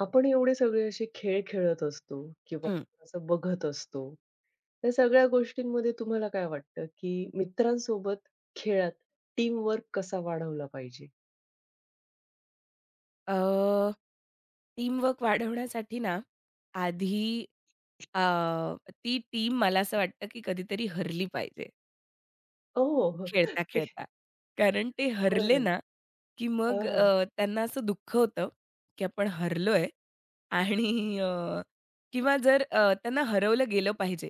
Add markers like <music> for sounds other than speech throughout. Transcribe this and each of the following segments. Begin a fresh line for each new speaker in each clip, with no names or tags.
आपण एवढे सगळे असे खेळ खेळत असतो किंवा
हं.
असं बघत असतो. त्या सगळ्या गोष्टींमध्ये तुम्हाला काय वाटतं, की मित्रांसोबत खेळात टीम वर्क कसा वाढवला पाहिजे?
अ, टीमवर्क वाढवण्यासाठी ना, आधी अ, ती टीम मला असं वाटतं की कधीतरी हरली पाहिजे.
ओह! ते
खेळता-खेळता. कारण ते हरले
बरं.
ना, की
हां,
मग
हां.
त्यांना असं दुःख होतं, की आपण हरलोय आणि किंवा जर त्यांना हरवलं गेलं पाहिजे,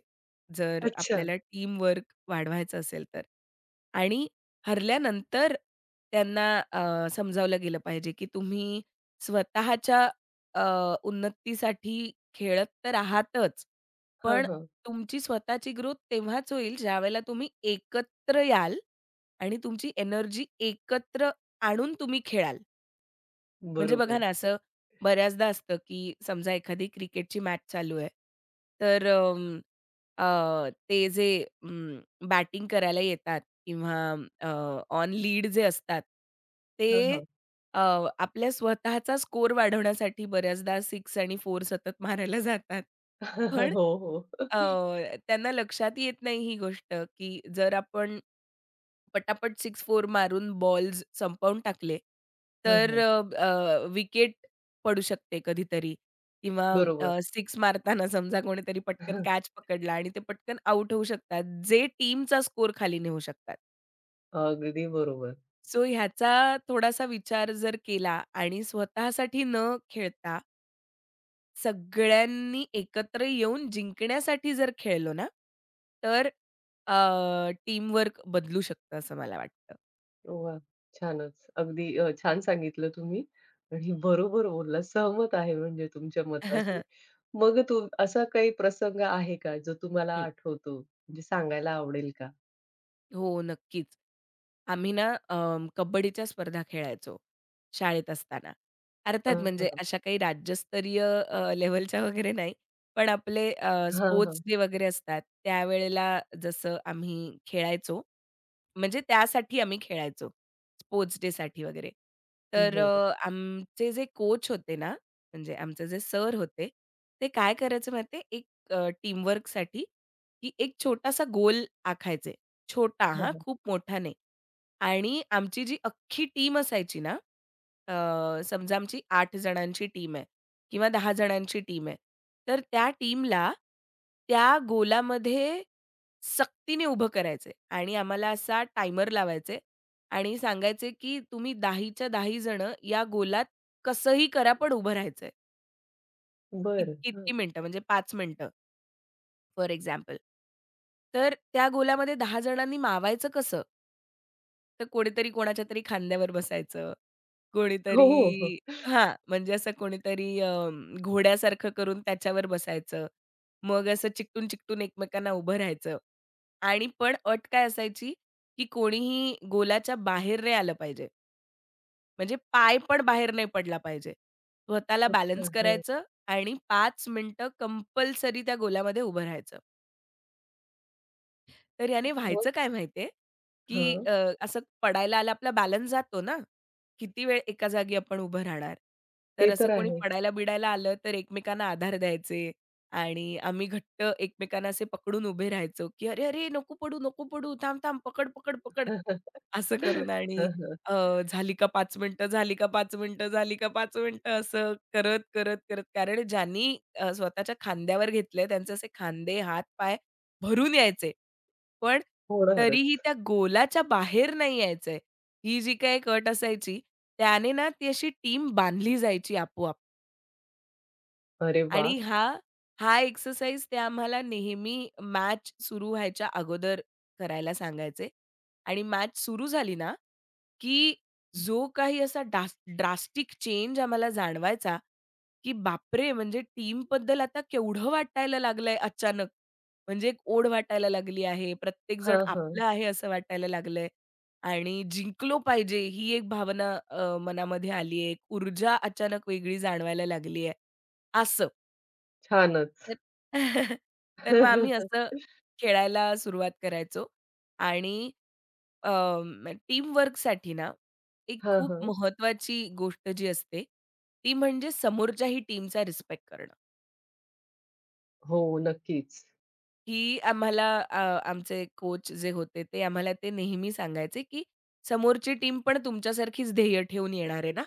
जर
अच्छा.
आपल्याला टीमवर्क वाढवायचं असेल तर. आणि हरल्यानंतर त्यांना अ, समजावलं गेलं पाहिजे, की तुम्ही स्वतःच्या अ, उन्नतीसाठी खेळत तर आहातच,
हां,
पण
हां.
तुमची स्वतःची ग्रोथ तेव्हाच होईल, ज्यावेळेला तुम्ही एकत्र एकत्र याल आणि तुमची एनर्जी एकत्र आणून तुम्ही खेळाल. म्हणजे बघा
बरोबर.
ना, असं बऱ्याचदा असतं, की समजा एखादी क्रिकेटची मॅच चालू आहे. तर ते जे बॅटिंग करायला येतात किंवा अ, ऑन लीड जे असतात,
हां,
ते
हां.
अ, आपल्या स्वतःचा स्कोर वाढवण्यासाठी बऱ्याचदा 6 आणि 4 सतत मारायला जातात. पण
<laughs> हो, हो.
अ, त्यांना लक्षात येत नाही ही गोष्ट, की जर आपण पटापट 6-4 मारून बॉल्स संपवून टाकले,
हां,
तर
हां.
अ, अ, विकेट पडू शकते कधीतरी किंवा
बरोबर.
6 मारताना समजा कोणीतरी पटकन कॅच
<laughs>
पकडला आणि ते पटकन आउट होऊ शकतात, जे टीमचा स्कोर खाली नेऊ शकतात.
अगदी बरोबर.
सो ह्याचा थोडासा विचार जर केला आणि स्वतःसाठी न खेळता सगळ्यांनी एकत्र येऊन जिंकण्यासाठी जर खेळलो ना, तर टीमवर्क बदलू शकतं असं मला वाटतं.
वाह! छानच. अगदी छान सांगितलं तुम्ही आणि बरोबर बोललात. सहमत आहे म्हणजे तुमच्या मताशी.
<laughs>
मग तू असा काही प्रसंग आहे का जो तुम्हाला आठवतो? म्हणजे सांगायला आवडेल का?
हो, नक्कीच. आम्ही ना कबड्डीच्या स्पर्धा खेळायचो शाळेत असताना. अर्थात
हां,
म्हणजे
हां.
अशा काही राज्यस्तरीय लेव्हलच्या वगैरे नाही. पण आपले
हां,
स्पोर्ट्स
हां.
डे वगैरे असतात, त्यावेळेला जसं आम्ही खेळायचो. म्हणजे त्यासाठी आम्ही खेळायचो. स्पोर्ट्स डेसाठी वगैरे. तर
बरं.
आमचे जे कोच होते ना, म्हणजे आमचे जे सर होते, ते काय करायचे माहिती एक टीमवर्कसाठी की एक छोटासा गोल आखायचे. छोटा
हां,
हां,
हां.
खूप मोठा नाही. आणि आमची जी अख्खी टीम असायची ना, समजा आमची 8 जणांची टीम आहे किंवा 10 जणांची टीम आहे. तर त्या टीमला त्या गोलामध्ये सक्तीने उभं करायचंय आणि आम्हाला असा टायमर लावायचे आणि सांगायचे, की तुम्ही 10च्या 10 जणं या गोलात कसंही करा पण उभं राहायचंय.
बरं. हां.
इतकी-इतकी मिनिटं म्हणजे 5 मिनिटं फॉर एक्झाम्पल. तर त्या गोलामध्ये 10 जणांनी मावायचं कसं? तर कोणीतरी कोणाच्या तरी खांद्यावर बसायचं.
हो, हो, हो.
कोणीतरी हां, म्हणजे असं कोणीतरी घोड्यासारखं करून त्याच्यावर बसायचं. मग असं चिकटून-चिकटून एकमेकांना उभं राहायचं. आणि पण अट काय असायची, की कोणीही गोलाच्या बाहेर नाही आलं पाहिजे. म्हणजे पाय पण बाहेर नाही पडला पाहिजे. स्वतःला
अच्छा.
बॅलन्स
हां.
करायचं आणि 5 मिनिटं कंपल्सरी त्या गोलामध्ये उभं राहायचं. तर याने
मग?
व्हायचं काय माहिती आहे, की
हां.
असं पडायला आला आपला बॅलन्स जातो ना, किती वेळ एका जागी आपण उभं राहणार. तर
ते
असं
तर
कोणी
आहे.
पडायला-बिडायला आलं तर एकमेकांना आधार द्यायचे आणि आम्ही घट्ट एकमेकांना असे पकडून उभे राहायचो, की "अरे, अरे, नको पडू, नको पडू. थांब, थांब. पकड, पकड, पकड." असं करून आणि
हां, हां.
झाली का 5 मिनिटं, झाली का 5 मिनिटं, झाली का 5 मिनिटं असं करत, करत, करत कारण ज्यांनी स्वतःच्या खांद्यावर घेतलंय त्यांचे असे खांदे, हात-पाय भरून यायचे. पण तरीही
होणारच.
त्या गोलाच्या बाहेर नाही यायचंय. ही जी काही एक अट असायची त्याने ना ती अशी टीम बांधली जायची आपोआप
अरे
आणि
वाह!
हा हा एक्सरसाइज ते आम्हाला नेहमी मॅच सुरू व्हायच्या अगोदर करायला सांगायचे आणि मॅच सुरू झाली ना की जो काही असा ड्रास्टिक चेंज आम्हाला जाणवायचा, की बापरे! म्हणजे टीमबद्दल आता केवढं वाटायला लागलंय अचानक. म्हणजे एक ओढ वाटायला लागली आहे. प्रत्येक जण
हां, हां.
आपला आहे असं वाटायला लागलंय आणि जिंकलो पाहिजे ही एक भावना मनामध्ये आली एक ऊर्जा अचानक वेगळी जाणवायला लागली आहे, असं.
छानच.
तर <laughs> तर मग आम्ही असं खेळायला सुरुवात करायचो आणि अ, टीमवर्कसाठी ना, एक
हां,
खूप
हां.
महत्त्वाची गोष्ट जी असते, ती म्हणजे समोरच्याही टीमचा रिस्पेक्ट करणं.
हो, नक्कीच.
ही आम्हाला आमचे कोच जे होते ते आम्हाला ते नेहमी सांगायचे, की "समोरची टीम पण तुमच्यासारखीच ध्येय ठेवून येणार आहे ना,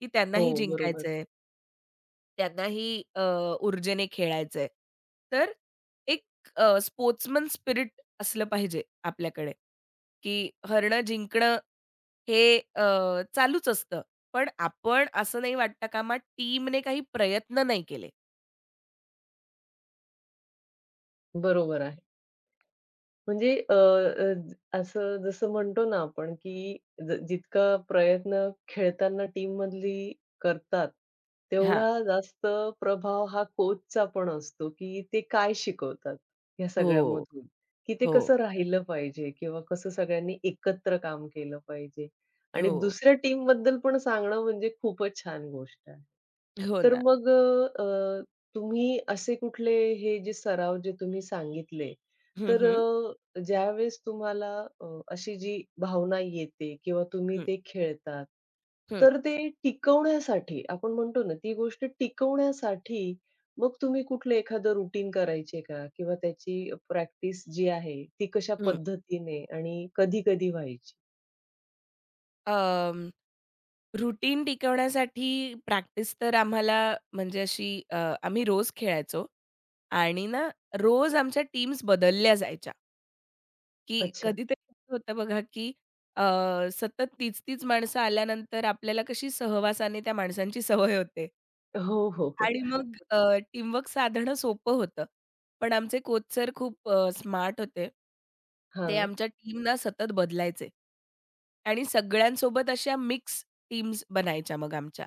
की
हो,
त्यांनाही
बरोबर.
जिंकायचंय." त्यांनाही ऊर्जेने खेळायचंय. तर एक स्पोर्ट्समन स्पिरिट असलं पाहिजे आपल्याकडे, की हरणं-जिंकणं हे चालूच असतं. पण आपण असं नाही वाटतं कामा टीमने काही प्रयत्न नाही केले.
बरोबर आहे. म्हणजे अ, अ, ज- असं जसं म्हणतो ना आपण, की जितका प्रयत्न खेळताना टीममधली करतात,
हां.
तेवढा जास्त प्रभाव हा कोचचा पण असतो, की ते काय शिकवतात या
हो,
सगळ्यामधून, की ते
हो.
कसं राहिलं पाहिजे किंवा कसं सगळ्यांनी एकत्र काम केलं पाहिजे आणि
हो,
दुसऱ्या टीमबद्दल पण सांगणं म्हणजे खूपच छान गोष्ट आहे.
हो
तर
ना.
मग अ, तुम्ही असे कुठले हे जे सराव जे तुम्ही सांगितले,
हं,
तर
हं.
ज्यावेळेस तुम्हाला अ, अशी जी भावना येते किंवा तुम्ही
हं,
ते खेळतात,
हं,
तर ते टिकवण्यासाठी आपण म्हणतो ना, ती गोष्ट टिकवण्यासाठी मग तुम्ही कुठलं एखादं रुटीन करायचे का? किंवा त्याची प्रॅक्टिस जी आहे, ती कशा
हं.
पद्धतीने आणि कधी-कधी व्हायची?
अ रुटीन टिकवण्यासाठी प्रॅक्टिस तर आम्हाला म्हणजे अशी आम्ही रोज खेळायचो आणि ना रोज आमच्या टीम्स बदलल्या जायच्या, की
अच्छा.
कधीतरी असं होतं बघा, की अ, सतत तीच-तीच माणसं आल्यानंतर आपल्याला कशी सहवासाने त्या माणसांची सवय होते
हो, हो, हो.
आणि मग टीमवर्क साधणं सोपं होतं. पण आमचे कोच सर खूप स्मार्ट होते. ते
हां.
आमच्या टीमना सतत बदलायचे आणि सगळ्यांसोबत अशा मिक्स टीम्स बनायच्या मग आमच्या.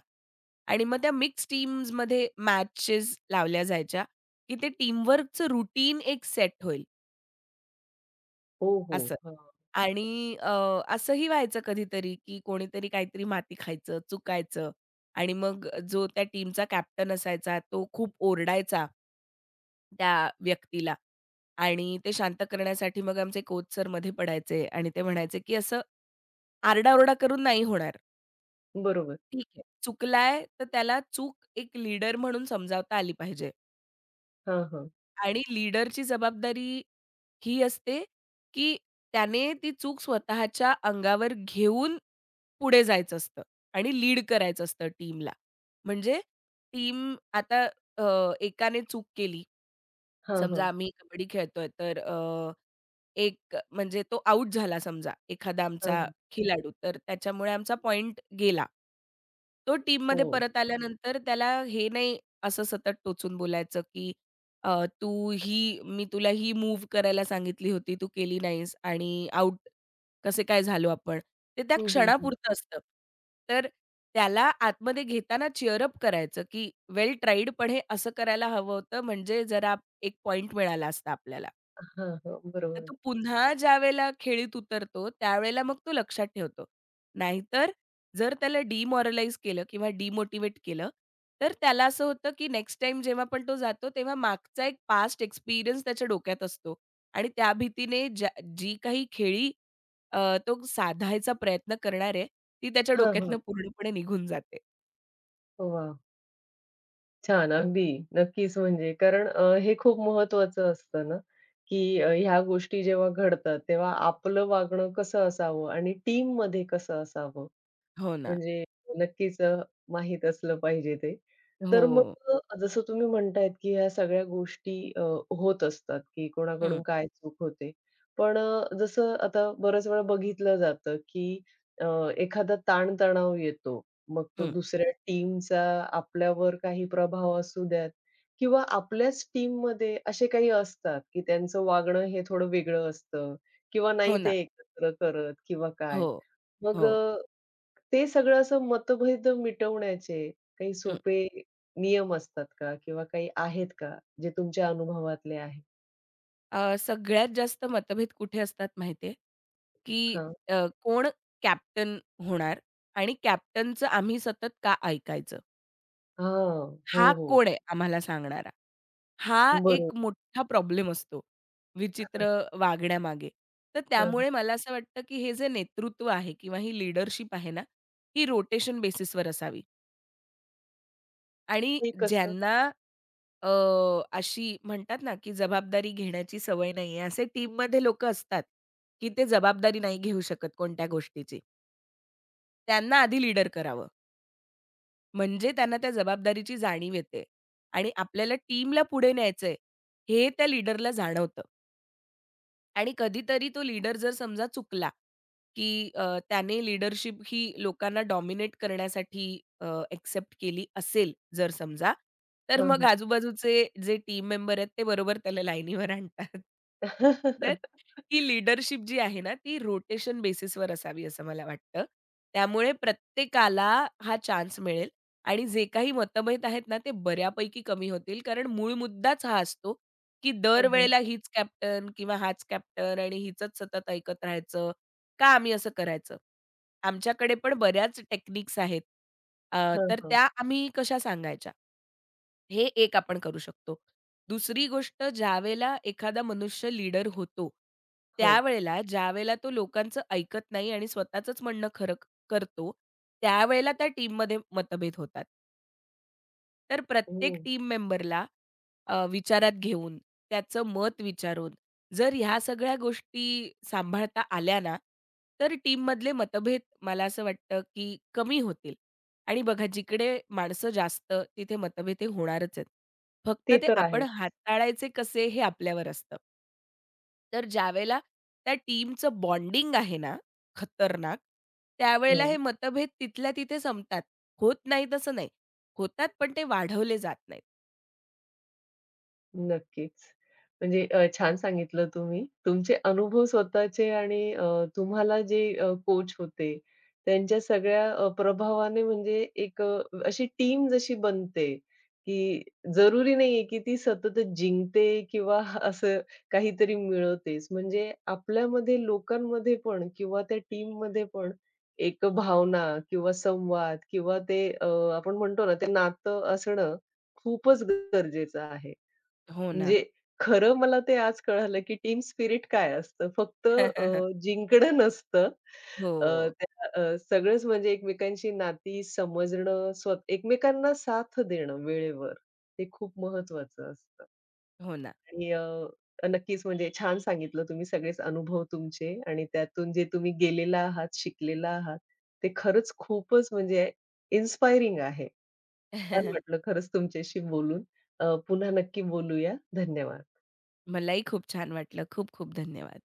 आणि मग त्या मिक्स्ड टीम्समध्ये मॅचेस लावल्या जायच्या, की ते टीमवर्कचं रूटीन एक सेट होईल
हो, हो.
असं.
हां.
आणि असंही व्हायचं कधीतरी, की कोणीतरी काहीतरी माती खायचं, चुकायचं आणि मग जो त्या टीमचा कॅप्टन असायचा तो खूप ओरडायचा त्या व्यक्तीला आणि ते शांत करण्यासाठी मग आमचे कोच सर मध्ये पडायचे आणि ते म्हणायचे, की असं आरडाओरडा करून नाही होणार.
बरोबर.
ठीक आहे. चुकलाय तर त्याला चूक एक लीडर म्हणून समजावता आली पाहिजे.
हां, हां.
आणि लीडरची जबाबदारी ही असते, की त्याने ती चूक स्वतःच्या अंगावर घेऊन पुढे जायचं असतं आणि लीड करायचं असतं टीमला. म्हणजे टीम आता अ, एकाने चूक केली.
हां,
समजा
हां.
आम्ही कबड्डी खेळतोय तर एक म्हणजे तो आउट झाला समजा एखादा
हां,
आमचा
हां.
खिलाडू, तर त्याच्यामुळे आमचा पॉइंट गेला. तो टीममध्ये
हो.
परत आल्यानंतर त्याला हे नाही असं सतत टोचून बोलायचं, की "तू ही मी तुला ही मूव्ह करायला सांगितली होती, तू केली नाहीस आणि आउट कसे काय झालो आपण?" ते त्या
हं, हं, हं.
क्षणापुरतं असतं. तर त्याला आतमध्ये घेताना चीअर करायचं, की "वेल ट्राईड पण हे असं करायला हवं होतं, म्हणजे जरा एक पॉइंट मिळाला असता आपल्याला."
हां, हां.
तर
बरोबर.
तो पुन्हा ज्यावेळेला खेळीत उतरतो, त्यावेळेला मग तो लक्षात ठेवतो. नाहीतर जर त्याला डिमोरलाईज केलं किंवा डिमोटिव्हेट केलं, तर त्याला असं होतं, की नेक्स्ट टाइम जेव्हा पण तो जातो, तेव्हा मागचा एक पास्ट एक्सपिरियन्स त्याच्या डोक्यात असतो आणि त्या भीतीने जी काही खेळी अ, तो साधायचा प्रयत्न करणार आहे, ती त्याच्या
हां,
डोक्यातनं
हां.
पूर्णपणे निघून जाते.
वाह! छान. अगदी. नक्कीच म्हणजे कारण हे खूप महत्त्वाचं असतं ना, की ह्या गोष्टी जेव्हा घडतात, तेव्हा आपलं वागणं कसं असावं आणि टीममध्ये कसं असावं.
हो ना.
म्हणजे नक्कीच माहीत असलं पाहिजे ते. तर
हो.
मग जसं तुम्ही म्हणतायत, की ह्या सगळ्या गोष्टी होत असतात, की
हं,
कोणाकडून काय चूक होते. पण जसं आता बऱ्याच वेळा बघितलं जातं, की अ, एखादा ताण येतो. मग तो
हं.
दुसऱ्या टीमचा आपल्यावर काही प्रभाव असू द्यात किंवा आपल्याच टीममध्ये असे काही असतात, की त्यांचं वागणं हे थोडं वेगळं असतं किंवा
हो
नाही
ना.
ते एकत्र करत किंवा
हो.
काय. मग
हो.
ते सगळं असं मतभेद मिटवण्याचे काही
हं.
सोपे नियम असतात का? किंवा काही आहेत का? जे तुमच्या अनुभवातले आहेत?
सगळ्यात जास्त मतभेद कुठे असतात माहिती की
हां.
कोण कॅप्टन होणार आणि कॅप्टनचं आम्ही सतत का ऐकायचं?
हां. हो,
हा
हो.
कोण आहे आम्हाला सांगणारा? हा
बरोबर.
एक मोठा प्रॉब्लेम असतो विचित्र वागण्यामागे. तर
हां, हां.
त्यामुळे मला असं वाटतं, की हे जे नेतृत्व आहे किंवा ही लीडरशिप आहे ना, ही रोटेशन बेसिसवर असावी. आणि
ते कसं?
ज्यांना अ, अशी म्हणतात ना, की जबाबदारी घेण्याची सवय नाहीये, असे टीममध्ये लोकं असतात, की ते जबाबदारी नाही घेऊ शकत कोणत्या गोष्टीची. त्यांना आधी लीडर करावं. म्हणजे त्यांना त्या जबाबदारीची जाणीव येते आणि आपल्याला टीमला पुढे न्यायचंय, हे त्या लीडरला जाणवतं. आणि कधीतरी तो लीडर जर समजा चुकला, की त्याने लीडरशिप ही लोकांना डॉमिनेट करण्यासाठी अ, एक्सेप्ट केली असेल जर समजा, तर
हां,
मग
हां.
आजूबाजूचे जे टीम मेंबर आहेत ते बरोबर त्याला लाईनीवर आणतात. तर
<laughs>
ही लीडरशिप जी आहे ना, ती रोटेशन बेसिसवर असावी असं मला वाटतं. त्यामुळे प्रत्येकाला हा चान्स मिळेल आणि जे काही मतभेद आहेत ना, ते बऱ्यापैकी कमी होतील कारण मूळ मुद्दाच हा असतो, की
हां, हां.
दरवेळेला हीच कॅप्टन किंवा हाच कॅप्टन आणि हिचंच सतत ऐकत राहायचं. का आम्ही असं करायचं? आमच्याकडे पण बऱ्याच टेक्निक्स आहेत.
हां,
तर
हां.
त्या आम्ही कशा सांगायच्या? हे एक आपण करू शकतो. दुसरी गोष्ट ज्यावेळेला एखादा मनुष्य लीडर होतो,
हो.
त्यावेळेला ज्यावेळेला तो लोकांचं ऐकत नाही आणि स्वतःचंच म्हणणं खरं करतो, त्यावेळेला त्या टीममध्ये मतभेद होतात. तर प्रत्येक
हो.
टीम मेंबरला विचारात घेऊन, त्याचं मत विचारून, जर ह्या सगळ्या गोष्टी सांभाळता आल्या ना, तर टीममधले मतभेद मला असं वाटतं, की कमी होतील. आणि बघा जिकडे माणसं जास्त तिथे मतभेद हे होणारच आहेत. फक्त
ते
ते
तर
आपण
आहेच.
हाताळायचे कसे हे आपल्यावर असतं. तर ज्यावेळेला त्या टीमचं बॉन्डिंग आहे ना, खतरनाक, त्यावेळेला हे
हं.
मतभेद तिथल्या तिथे संपतात. होत नाही तसं नाही. होतात पण ते वाढवले जात नाहीत.
नक्कीच. म्हणजे छान सांगितलं तुम्ही. तुमचे अनुभव स्वतःचे आणि तुम्हाला जे कोच होते, त्यांच्या सगळ्या प्रभावाने म्हणजे एक अशी टीम जशी बनते, की जरुरी नाहीये, की ती सततच जिंकते किंवा <laughs> असं काहीतरी मिळवतेच. म्हणजे आपल्यामध्ये, लोकांमध्ये पण किंवा त्या टीममध्ये पण एक भावना किंवा संवाद किंवा ते आपण म्हणतो ना, ते नातं असणं खूपच गरजेचं आहे.
हो ना.
म्हणजे खरं मला ते आज कळालं, की टीम स्पिरिट काय असतं. फक्त
<laughs>
जिंकणं नसतं.
हो.
अ,
हो,
त्या सगळंच म्हणजे एकमेकांची नाती समजणं, एकमेकांना साथ देणं वेळेवर, ते खूप महत्वाचं असतं.
हो ना.
आणि नक्कीच म्हणजे छान सांगितलं तुम्ही सगळेच अनुभव तुमचे आणि त्यातून जे तुम्ही गेलेला आहात, शिकलेला आहात, ते खरंच खूपच म्हणजे इन्स्पायरिंग आहे. छान
<laughs>
वाटलं खरंच तुमच्याशी बोलून. पुन्हा नक्की बोलूया. धन्यवाद.
मलाही खूप छान वाटलं. खूप खूप धन्यवाद.